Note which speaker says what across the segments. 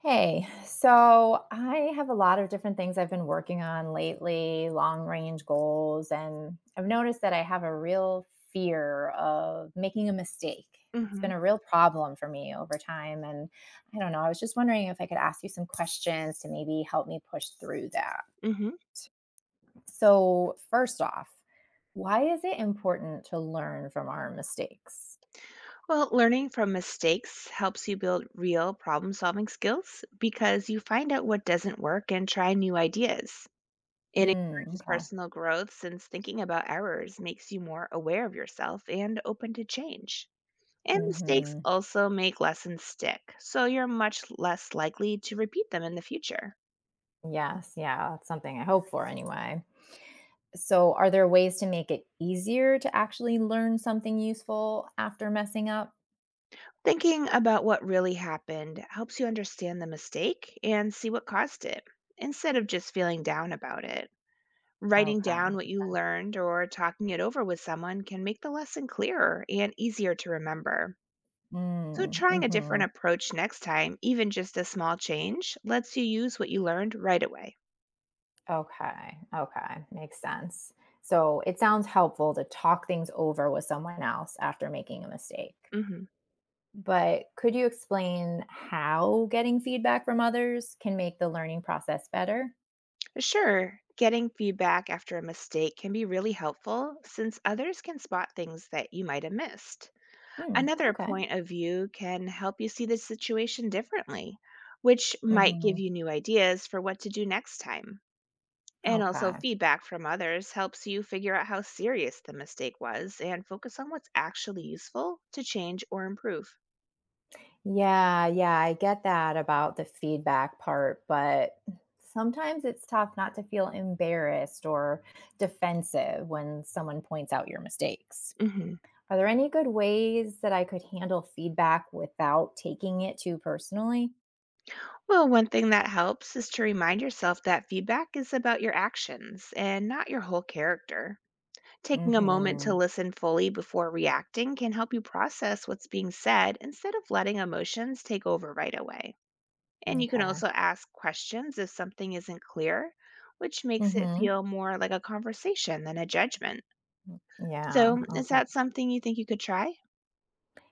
Speaker 1: Hey, so I have a lot of different things I've been working on lately, long range goals, and I've noticed that I have a real fear of making a mistake. It's been
Speaker 2: Mhm,
Speaker 1: a real problem for me over time. And I don't know, I was just wondering if I could ask you some questions to maybe help me push through that.
Speaker 2: mhm.
Speaker 1: So, first off, why is it important to learn from our mistakes?
Speaker 2: Well, learning from mistakes helps you build real problem-solving skills because you find out what doesn't work and try new ideas. It
Speaker 1: Mm,
Speaker 2: encourages
Speaker 1: okay.
Speaker 2: personal growth since thinking about errors makes you more aware of yourself and open to change. And mistakes
Speaker 1: Hmm.
Speaker 2: also make lessons stick, so you're much less likely to repeat them in the future.
Speaker 1: Yes. Yeah. That's something I hope for anyway. So, are there ways to make it easier to actually learn something useful after messing up?
Speaker 2: Thinking about what really happened helps you understand the mistake and see what caused it, instead of just feeling down about it. Writing
Speaker 1: Okay.
Speaker 2: down what you learned or talking it over with someone can make the lesson clearer and easier to remember. So,
Speaker 1: Mm,
Speaker 2: trying a
Speaker 1: hmm.
Speaker 2: different approach next time, even just a small change, lets you use what you learned right away.
Speaker 1: Okay. Okay. Makes sense. So, it sounds helpful to talk things over with someone else after making a mistake.
Speaker 2: Hmm.
Speaker 1: But could you explain how getting feedback from others can make the learning process better?
Speaker 2: Sure, getting feedback after a mistake can be really helpful since others can spot things that you might have missed.
Speaker 1: Mm,
Speaker 2: Another
Speaker 1: okay.
Speaker 2: point of view can help you see the situation differently, which might give
Speaker 1: Hmm.
Speaker 2: you new ideas for what to do next time. And also,
Speaker 1: Okay.
Speaker 2: feedback from others helps you figure out how serious the mistake was and focus on what's actually useful to change or improve.
Speaker 1: Yeah, yeah, I get that about the feedback part, but sometimes it's tough not to feel embarrassed or defensive when someone points out your mistakes.
Speaker 2: Hmm.
Speaker 1: Are there any good ways that I could handle feedback without taking it too personally?
Speaker 2: Well, one thing that helps is to remind yourself that feedback is about your actions and not your whole character. Taking a moment
Speaker 1: Mm-hmm.
Speaker 2: to listen fully before reacting can help you process what's being said instead of letting emotions take over right away. And you can
Speaker 1: Okay.
Speaker 2: also ask questions if something isn't clear, which makes it
Speaker 1: Mm-hmm.
Speaker 2: feel more like a conversation than a judgment.
Speaker 1: Yeah.
Speaker 2: So, is
Speaker 1: Okay.
Speaker 2: that something you think you could try?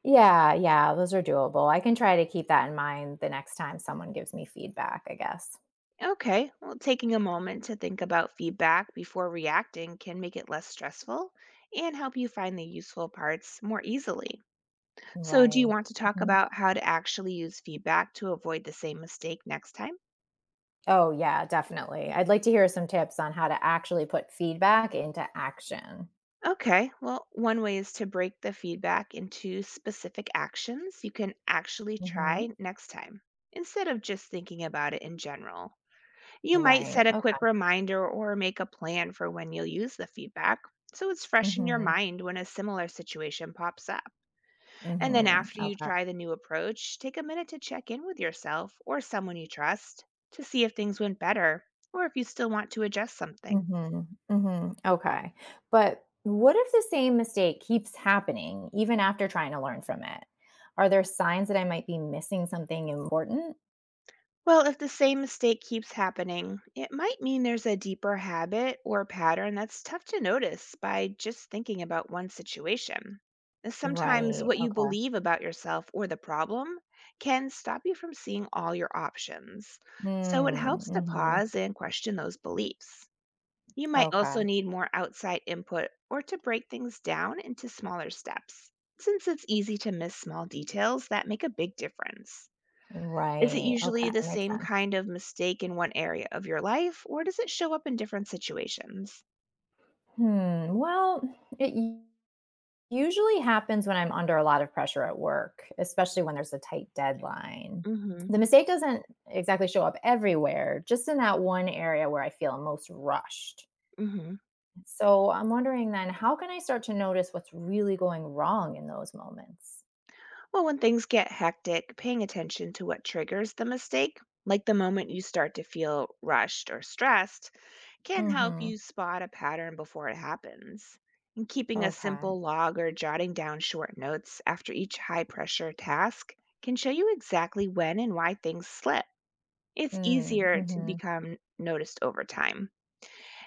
Speaker 1: Yeah, yeah, those are doable. I can try to keep that in mind the next time someone gives me feedback, I guess.
Speaker 2: Okay, well, taking a moment to think about feedback before reacting can make it less stressful and help you find the useful parts more easily. So, do you
Speaker 1: Right.
Speaker 2: want to talk
Speaker 1: Mm-hmm.
Speaker 2: about how to actually use feedback to avoid the same mistake next time?
Speaker 1: Oh, yeah, definitely. I'd like to hear some tips on how to actually put feedback into action.
Speaker 2: Okay, well, one way is to break the feedback into specific actions you can actually
Speaker 1: Mhm.
Speaker 2: try next time instead of just thinking about it in general. You might
Speaker 1: Right,
Speaker 2: set a
Speaker 1: okay.
Speaker 2: quick reminder or make a plan for when you'll use the feedback so it's fresh in your
Speaker 1: Mhm,
Speaker 2: mind when a similar situation pops up. And then
Speaker 1: mhm,
Speaker 2: after you
Speaker 1: okay.
Speaker 2: try the new approach, take a minute to check in with yourself or someone you trust to see if things went better or if you still want to adjust something.
Speaker 1: Mhm, mhm, okay. But what if the same mistake keeps happening even after trying to learn from it? Are there signs that I might be missing something important?
Speaker 2: Well, if the same mistake keeps happening, it might mean there's a deeper habit or pattern that's tough to notice by just thinking about one situation. And sometimes
Speaker 1: Right,
Speaker 2: what you
Speaker 1: okay.
Speaker 2: believe about yourself or the problem can stop you from seeing all your options. So it
Speaker 1: Mm,
Speaker 2: helps to
Speaker 1: mhm,
Speaker 2: pause and question those beliefs. You might also
Speaker 1: okay.
Speaker 2: need more outside input or to break things down into smaller steps, since it's easy to miss small details that make a big difference. Is it
Speaker 1: Right, okay,
Speaker 2: usually the
Speaker 1: makes
Speaker 2: same
Speaker 1: sense.
Speaker 2: kind of mistake in one area of your life, or does it show up in different situations?
Speaker 1: Hmm, well, it usually happens when I'm under a lot of pressure at work, especially when there's a tight deadline.
Speaker 2: hmm
Speaker 1: The mistake doesn't exactly show up everywhere, just in that one area where I feel most rushed.
Speaker 2: hmm
Speaker 1: So I'm wondering then, how can I start to notice what's really going wrong in those moments?
Speaker 2: Well, when things get hectic, paying attention to what triggers the mistake, like the moment you start to feel rushed or stressed, can help
Speaker 1: Mm-hmm.
Speaker 2: you spot a pattern before it happens. And keeping a
Speaker 1: Okay.
Speaker 2: simple log or jotting down short notes after each high pressure task can show you exactly when and why things slip. It's easier to
Speaker 1: Mm-hmm.
Speaker 2: become noticed over time.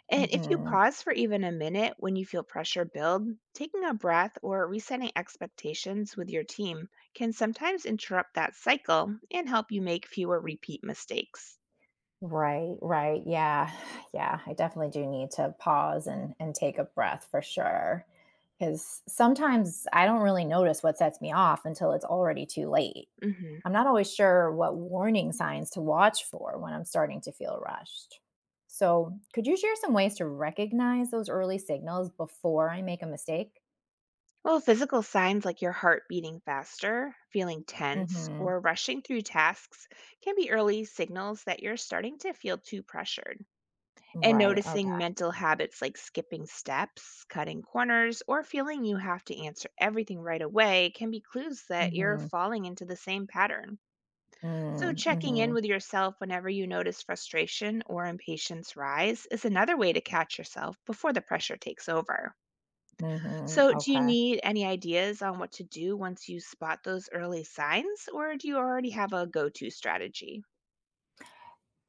Speaker 2: And if you
Speaker 1: Mm-hmm.
Speaker 2: pause for even a minute when you feel pressure build, taking a breath or resetting expectations with your team can sometimes interrupt that cycle and help you make fewer repeat mistakes.
Speaker 1: Right, right. Yeah. Yeah, I definitely do need to pause and take a breath for sure. Cuz sometimes I don't really notice what sets me off until it's already too late.
Speaker 2: Mhm.
Speaker 1: I'm not always sure what warning signs to watch for when I'm starting to feel rushed. So, could you share some ways to recognize those early signals before I make a mistake?
Speaker 2: Well, physical signs like your heart beating faster, feeling tense,
Speaker 1: Mhm.
Speaker 2: or rushing through tasks can be early signals that you're starting to feel too pressured. And
Speaker 1: Right. Okay.
Speaker 2: noticing mental habits like skipping steps, cutting corners, or feeling you have to answer everything right away can be clues that you're
Speaker 1: Mhm.
Speaker 2: falling into the same pattern. So,
Speaker 1: Mm,
Speaker 2: checking in
Speaker 1: mhm.
Speaker 2: with yourself whenever you notice frustration or impatience rise is another way to catch yourself before the pressure takes over.
Speaker 1: Mhm.
Speaker 2: So, do you
Speaker 1: Okay.
Speaker 2: need any ideas on what to do once you spot those early signs, or do you already have a go to strategy?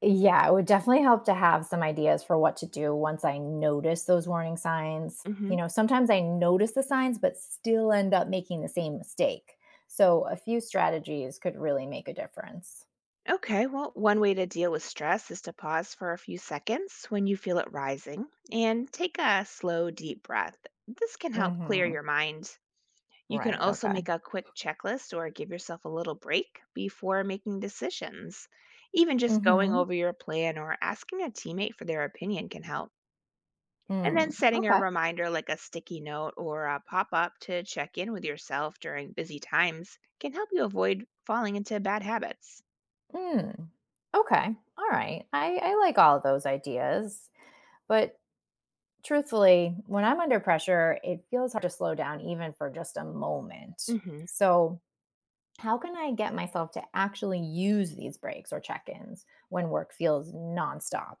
Speaker 1: Yeah, it would definitely help to have some ideas for what to do once I notice those warning signs.
Speaker 2: hmm
Speaker 1: Sometimes I notice the signs, but still end up making the same mistake. So a few strategies could really make a difference.
Speaker 2: Okay, well, one way to deal with stress is to pause for a few seconds when you feel it rising and take a slow, deep breath. This can help clear
Speaker 1: Mm-hmm.
Speaker 2: your mind. You can
Speaker 1: Right.
Speaker 2: also
Speaker 1: Okay.
Speaker 2: make a quick checklist or give yourself a little break before making decisions. Even just going
Speaker 1: Mm-hmm.
Speaker 2: over your plan or asking a teammate for their opinion can help. And then
Speaker 1: Mm.
Speaker 2: setting a
Speaker 1: Okay.
Speaker 2: reminder like a sticky note or a pop up to check in with yourself during busy times can help you avoid falling into bad habits.
Speaker 1: Mm. Okay. All right. I like all of those ideas. But truthfully, when I'm under pressure, it feels hard to slow down even for just a moment.
Speaker 2: hmm
Speaker 1: So how can I get myself to actually use these breaks or check ins when work feels nonstop?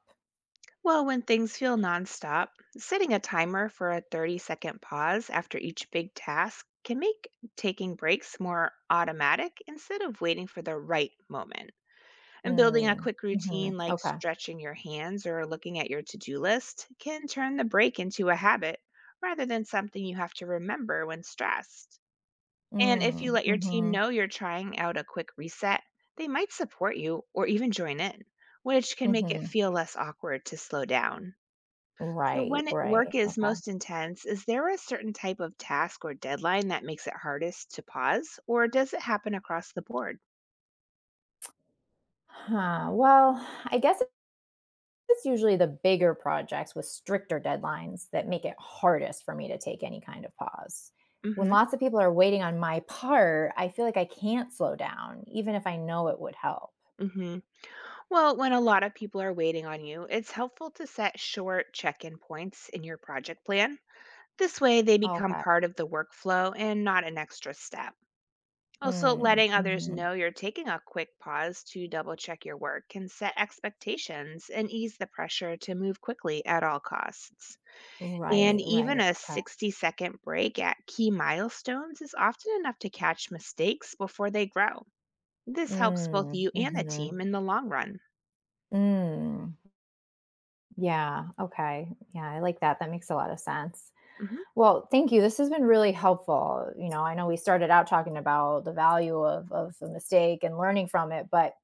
Speaker 2: Well, when things feel nonstop, setting a timer for a 30-second pause after each big task can make taking breaks more automatic instead of waiting for the right moment. And building a
Speaker 1: Mm,
Speaker 2: quick
Speaker 1: hmm.
Speaker 2: routine like
Speaker 1: Okay.
Speaker 2: stretching your hands or looking at your to do list can turn the break into a habit rather than something you have to remember when stressed. And if you
Speaker 1: Mm,
Speaker 2: let your team
Speaker 1: hmm.
Speaker 2: know you're trying out a quick reset, they might support you or even join in, which can make it
Speaker 1: Hmm.
Speaker 2: feel less awkward to slow down. So,
Speaker 1: Right,
Speaker 2: when it-
Speaker 1: right.
Speaker 2: work is
Speaker 1: Okay.
Speaker 2: most intense, is there a certain type of task or deadline that makes it hardest to pause, or does it happen across the board?
Speaker 1: Huh. Well, I guess it's usually the bigger projects with stricter deadlines that make it hardest for me to take any kind of pause. When
Speaker 2: hmm
Speaker 1: lots of people are waiting on my part, I feel like I can't slow down, even if I know it would help.
Speaker 2: hmm Well, when a lot of people are waiting on you, it's helpful to set short check in points in your project plan. This way, they become
Speaker 1: Okay.
Speaker 2: part of the workflow and not an extra step. Also,
Speaker 1: Mm,
Speaker 2: letting others
Speaker 1: hmm.
Speaker 2: know you're taking a quick pause to double check your work can set expectations and ease the pressure to move quickly at all costs.
Speaker 1: Right,
Speaker 2: And even
Speaker 1: right.
Speaker 2: a
Speaker 1: Okay.
Speaker 2: 60-second break at key milestones is often enough to catch mistakes before they grow. This helps both
Speaker 1: Mm,
Speaker 2: you and the
Speaker 1: mhm,
Speaker 2: team in the long run.
Speaker 1: mm. Yeah, okay. Yeah, I like that. That makes a lot of sense.
Speaker 2: Mhm.
Speaker 1: Well, thank you, this has been really helpful, I know we started out talking about the value of the mistake and learning from it, but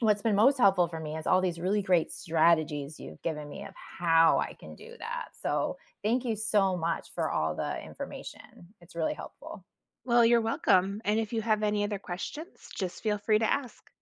Speaker 1: what's been most helpful for me is all these really great strategies you've given me of how I can do that, so thank you so much for all the information, it's really helpful.
Speaker 2: Well, you're welcome. And if you have any other questions, just feel free to ask.